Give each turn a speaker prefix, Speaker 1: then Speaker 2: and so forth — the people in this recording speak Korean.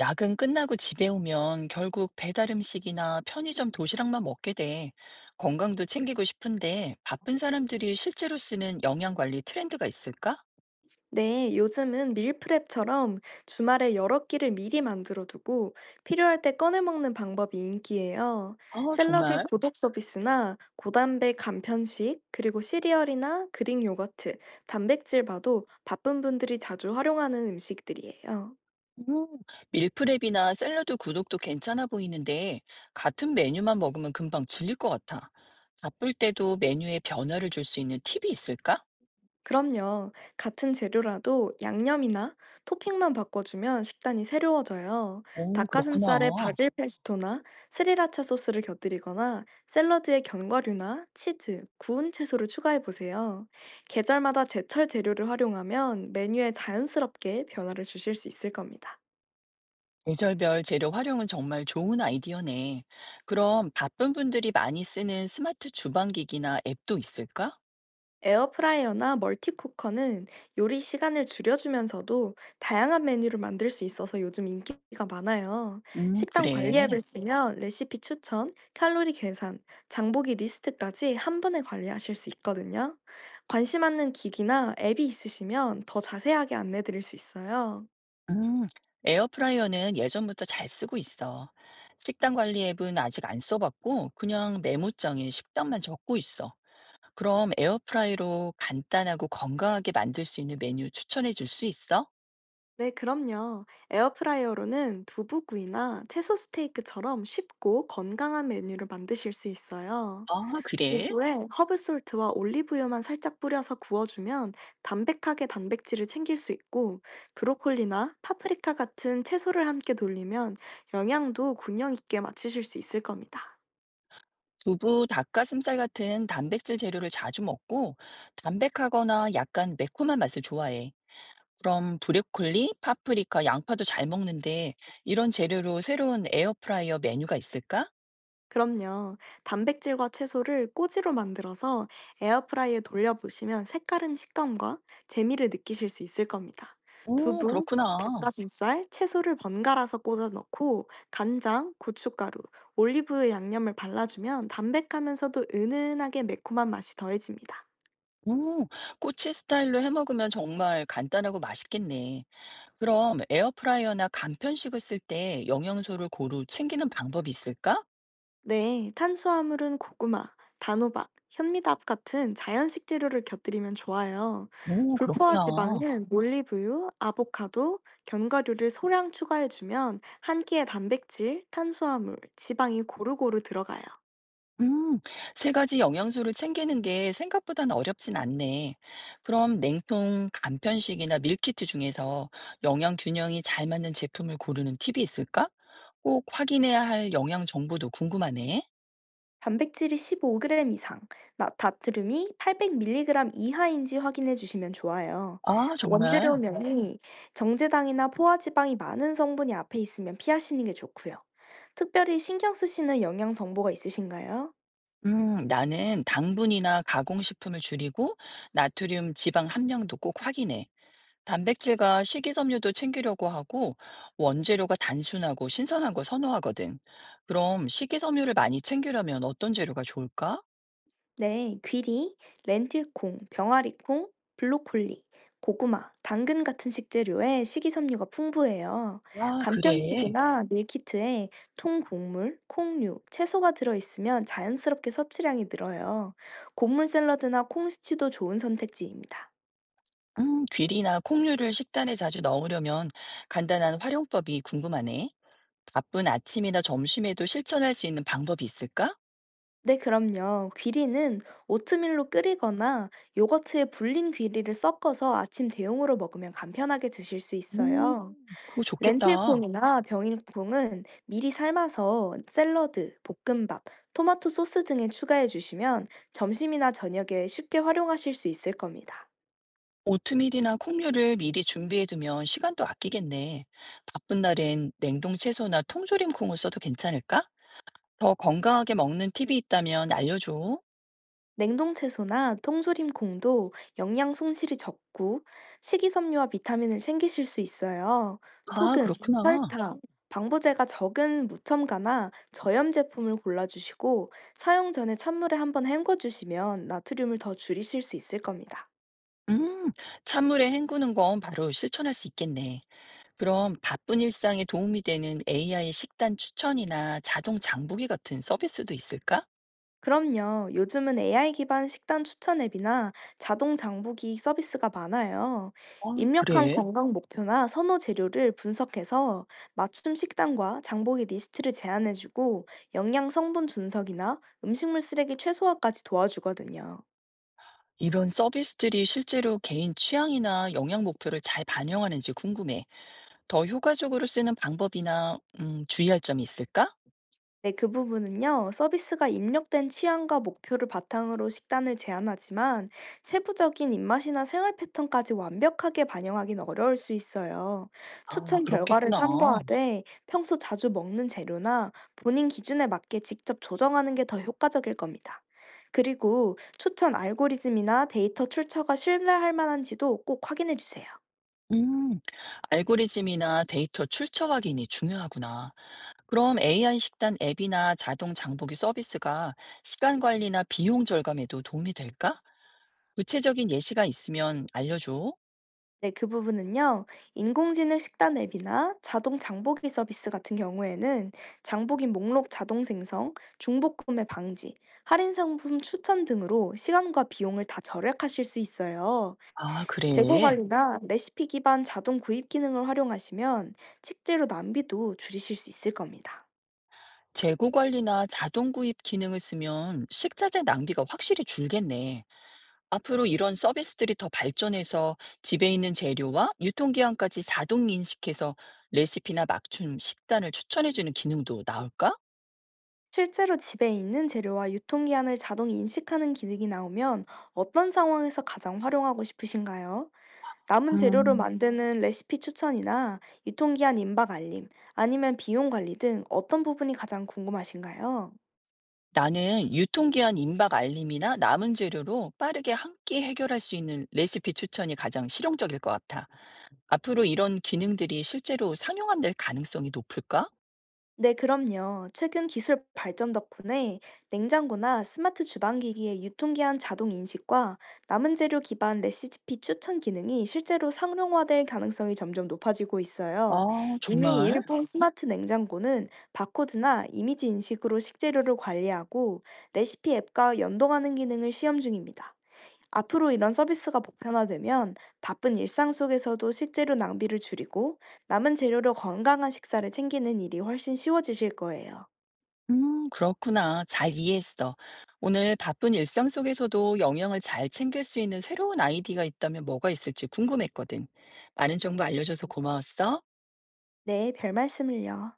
Speaker 1: 야근 끝나고 집에 오면 결국 배달 음식이나 편의점 도시락만 먹게 돼. 건강도 챙기고 싶은데 바쁜 사람들이 실제로 쓰는 영양 관리 트렌드가 있을까?
Speaker 2: 네, 요즘은 밀프렙처럼 주말에 여러 끼를 미리 만들어 두고 필요할 때 꺼내 먹는 방법이 인기예요.
Speaker 1: 아,
Speaker 2: 샐러드
Speaker 1: 정말?
Speaker 2: 구독 서비스나 고단백 간편식, 그리고 시리얼이나 그릭 요거트, 단백질 바도 바쁜 분들이 자주 활용하는 음식들이에요.
Speaker 1: 음, 밀프렙이나 샐러드 구독도 괜찮아 보이는데 같은 메뉴만 먹으면 금방 질릴 것 같아. 바쁠 때도 메뉴에 변화를 줄 수 있는 팁이 있을까?
Speaker 2: 그럼요. 같은 재료라도 양념이나 토핑만 바꿔주면 식단이 새로워져요.
Speaker 1: 오, 그렇구나.
Speaker 2: 닭가슴살에 바질 페스토나 스리라차 소스를 곁들이거나 샐러드에 견과류나 치즈, 구운 채소를 추가해보세요. 계절마다 제철 재료를 활용하면 메뉴에 자연스럽게 변화를 주실 수 있을 겁니다.
Speaker 1: 계절별 재료 활용은 정말 좋은 아이디어네. 그럼 바쁜 분들이 많이 쓰는 스마트 주방기기나 앱도 있을까?
Speaker 2: 에어프라이어나 멀티쿠커는 요리 시간을 줄여주면서도 다양한 메뉴를 만들 수 있어서 요즘 인기가 많아요. 식단 관리
Speaker 1: 그래.
Speaker 2: 앱을 쓰면 레시피 추천, 칼로리 계산, 장보기 리스트까지 한 번에 관리하실 수 있거든요. 관심 있는 기기나 앱이 있으시면 더 자세하게 안내드릴 수 있어요.
Speaker 1: 음, 에어프라이어는 예전부터 잘 쓰고 있어. 식단 관리 앱은 아직 안 써봤고, 그냥 메모장에 식단만 적고 있어. 그럼 에어프라이로 간단하고 건강하게 만들 수 있는 메뉴 추천해 줄 수 있어?
Speaker 2: 네, 그럼요. 에어프라이어로는 두부구이나 채소 스테이크처럼 쉽고 건강한 메뉴를 만드실 수 있어요.
Speaker 1: 아, 그래?
Speaker 2: 두부에 허브솔트와 올리브유만 살짝 뿌려서 구워주면 담백하게 단백질을 챙길 수 있고, 브로콜리나 파프리카 같은 채소를 함께 돌리면 영양도 균형 있게 맞추실 수 있을 겁니다.
Speaker 1: 두부, 닭가슴살 같은 단백질 재료를 자주 먹고 담백하거나 약간 매콤한 맛을 좋아해. 그럼 브로콜리, 파프리카, 양파도 잘 먹는데 이런 재료로 새로운 에어프라이어 메뉴가 있을까?
Speaker 2: 그럼요. 단백질과 채소를 꼬지로 만들어서 에어프라이에 돌려보시면 색다른 식감과 재미를 느끼실 수 있을 겁니다.
Speaker 1: 오,
Speaker 2: 두부,
Speaker 1: 그렇구나.
Speaker 2: 닭가슴살, 채소를 번갈아서 꽂아 넣고 간장, 고춧가루, 올리브 양념을 발라주면 담백하면서도 은은하게 매콤한 맛이 더해집니다.
Speaker 1: 오, 꼬치 스타일로 해 먹으면 정말 간단하고 맛있겠네. 그럼 에어프라이어나 간편식을 쓸 때 영양소를 고루 챙기는 방법이 있을까?
Speaker 2: 네, 탄수화물은 고구마, 단호박, 현미밥 같은 자연 식재료를 곁들이면 좋아요.
Speaker 1: 오,
Speaker 2: 불포화
Speaker 1: 그렇구나.
Speaker 2: 지방은 올리브유, 아보카도, 견과류를 소량 추가해주면 한 끼에 단백질, 탄수화물, 지방이 고루고루 들어가요.
Speaker 1: 음, 세 가지 영양소를 챙기는 게 생각보다는 어렵진 않네. 그럼 냉통 간편식이나 밀키트 중에서 영양 균형이 잘 맞는 제품을 고르는 팁이 있을까? 꼭 확인해야 할 영양 정보도 궁금하네.
Speaker 2: 단백질이 15g 이상, 나트륨이 800mg 이하인지 확인해 주시면 좋아요.
Speaker 1: 아, 정말.
Speaker 2: 원재료명이 정제당이나 포화지방이 많은 성분이 앞에 있으면 피하시는 게 좋고요. 특별히 신경 쓰시는 영양 정보가 있으신가요?
Speaker 1: 나는 당분이나 가공식품을 줄이고 나트륨 지방 함량도 꼭 확인해. 단백질과 식이섬유도 챙기려고 하고 원재료가 단순하고 신선한 걸 선호하거든. 그럼 식이섬유를 많이 챙기려면 어떤 재료가 좋을까?
Speaker 2: 네, 귀리, 렌틸콩, 병아리콩, 블로콜리, 고구마, 당근 같은 식재료에 식이섬유가 풍부해요.
Speaker 1: 아, 그래.
Speaker 2: 간편식이나 밀키트에 통곡물, 콩류, 채소가 들어있으면 자연스럽게 섭취량이 늘어요. 곡물 샐러드나 콩스튜도 좋은 선택지입니다.
Speaker 1: 귀리나 콩류를 식단에 자주 넣으려면 간단한 활용법이 궁금하네. 바쁜 아침이나 점심에도 실천할 수 있는 방법이 있을까?
Speaker 2: 네, 그럼요. 귀리는 오트밀로 끓이거나 요거트에 불린 귀리를 섞어서 아침 대용으로 먹으면 간편하게 드실 수
Speaker 1: 오,
Speaker 2: 있어요.
Speaker 1: 그거 좋겠다.
Speaker 2: 렌틸콩이나 병일콩은 미리 삶아서 샐러드, 볶음밥, 토마토 소스 등에 추가해 주시면 점심이나 저녁에 쉽게 활용하실 수 있을 겁니다.
Speaker 1: 오트밀이나 콩류를 미리 준비해두면 시간도 아끼겠네. 바쁜 날엔 냉동 채소나 통조림 콩을 써도 괜찮을까? 더 건강하게 먹는 팁이 있다면 알려줘.
Speaker 2: 냉동 채소나 통조림콩도 영양 손실이 적고 식이섬유와 비타민을 챙기실 수 있어요.
Speaker 1: 아,
Speaker 2: 소금,
Speaker 1: 그렇구나.
Speaker 2: 설탕, 방부제가 적은 무첨가나 저염 제품을 골라주시고 사용 전에 찬물에 한번 헹궈주시면 나트륨을 더 줄이실 수 있을 겁니다.
Speaker 1: 음, 찬물에 헹구는 건 바로 실천할 수 있겠네. 그럼 바쁜 일상에 도움이 되는 AI 식단 추천이나 자동 장보기 같은 서비스도 있을까?
Speaker 2: 그럼요. 요즘은 AI 기반 식단 추천 앱이나 자동 장보기 서비스가 많아요.
Speaker 1: 아,
Speaker 2: 입력한
Speaker 1: 그래?
Speaker 2: 건강 목표나 선호 재료를 분석해서 맞춤 식단과 장보기 리스트를 제안해주고 영양 성분 분석이나 음식물 쓰레기 최소화까지 도와주거든요.
Speaker 1: 이런 서비스들이 실제로 개인 취향이나 영양 목표를 잘 반영하는지 궁금해. 더 효과적으로 쓰는 방법이나 주의할 점이 있을까?
Speaker 2: 네, 그 부분은요, 서비스가 입력된 취향과 목표를 바탕으로 식단을 제안하지만 세부적인 입맛이나 생활 패턴까지 완벽하게 반영하긴 어려울 수 있어요.
Speaker 1: 아,
Speaker 2: 추천 결과를
Speaker 1: 그렇겠구나.
Speaker 2: 참고하되 평소 자주 먹는 재료나 본인 기준에 맞게 직접 조정하는 게 더 효과적일 겁니다. 그리고 추천 알고리즘이나 데이터 출처가 신뢰할 만한지도 꼭 확인해 주세요.
Speaker 1: 음, 알고리즘이나 데이터 출처 확인이 중요하구나. 그럼 AI 식단 앱이나 자동 장보기 서비스가 시간 관리나 비용 절감에도 도움이 될까? 구체적인 예시가 있으면 알려줘.
Speaker 2: 네, 그 부분은요. 인공지능 식단 앱이나 자동 장보기 서비스 같은 경우에는 장보기 목록 자동 생성, 중복 구매 방지, 할인 상품 추천 등으로 시간과 비용을 다 절약하실 수 있어요.
Speaker 1: 아, 그래.
Speaker 2: 재고 관리나 레시피 기반 자동 구입 기능을 활용하시면 식재료 낭비도 줄이실 수 있을 겁니다.
Speaker 1: 재고 관리나 자동 구입 기능을 쓰면 식자재 낭비가 확실히 줄겠네. 앞으로 이런 서비스들이 더 발전해서 집에 있는 재료와 유통기한까지 자동 인식해서 레시피나 맞춤 식단을 추천해주는 기능도 나올까?
Speaker 2: 실제로 집에 있는 재료와 유통기한을 자동 인식하는 기능이 나오면 어떤 상황에서 가장 활용하고 싶으신가요? 남은 재료로
Speaker 1: 음.
Speaker 2: 만드는 레시피 추천이나 유통기한 임박 알림, 아니면 비용 관리 등 어떤 부분이 가장 궁금하신가요?
Speaker 1: 나는 유통기한 임박 알림이나 남은 재료로 빠르게 한 끼 해결할 수 있는 레시피 추천이 가장 실용적일 것 같아. 앞으로 이런 기능들이 실제로 상용화될 가능성이 높을까?
Speaker 2: 네, 그럼요. 최근 기술 발전 덕분에 냉장고나 스마트 주방기기의 유통기한 자동 인식과 남은 재료 기반 레시피 추천 기능이 실제로 상용화될 가능성이 점점 높아지고 있어요.
Speaker 1: 아,
Speaker 2: 이미
Speaker 1: 정말?
Speaker 2: 일부 스마트 냉장고는 바코드나 이미지 인식으로 식재료를 관리하고 레시피 앱과 연동하는 기능을 시험 중입니다. 앞으로 이런 서비스가 보편화되면 바쁜 일상 속에서도 식재료 낭비를 줄이고 남은 재료로 건강한 식사를 챙기는 일이 훨씬 쉬워지실 거예요.
Speaker 1: 그렇구나. 잘 이해했어. 오늘 바쁜 일상 속에서도 영양을 잘 챙길 수 있는 새로운 아이디가 있다면 뭐가 있을지 궁금했거든. 많은 정보 알려줘서 고마웠어.
Speaker 2: 네, 별 말씀을요.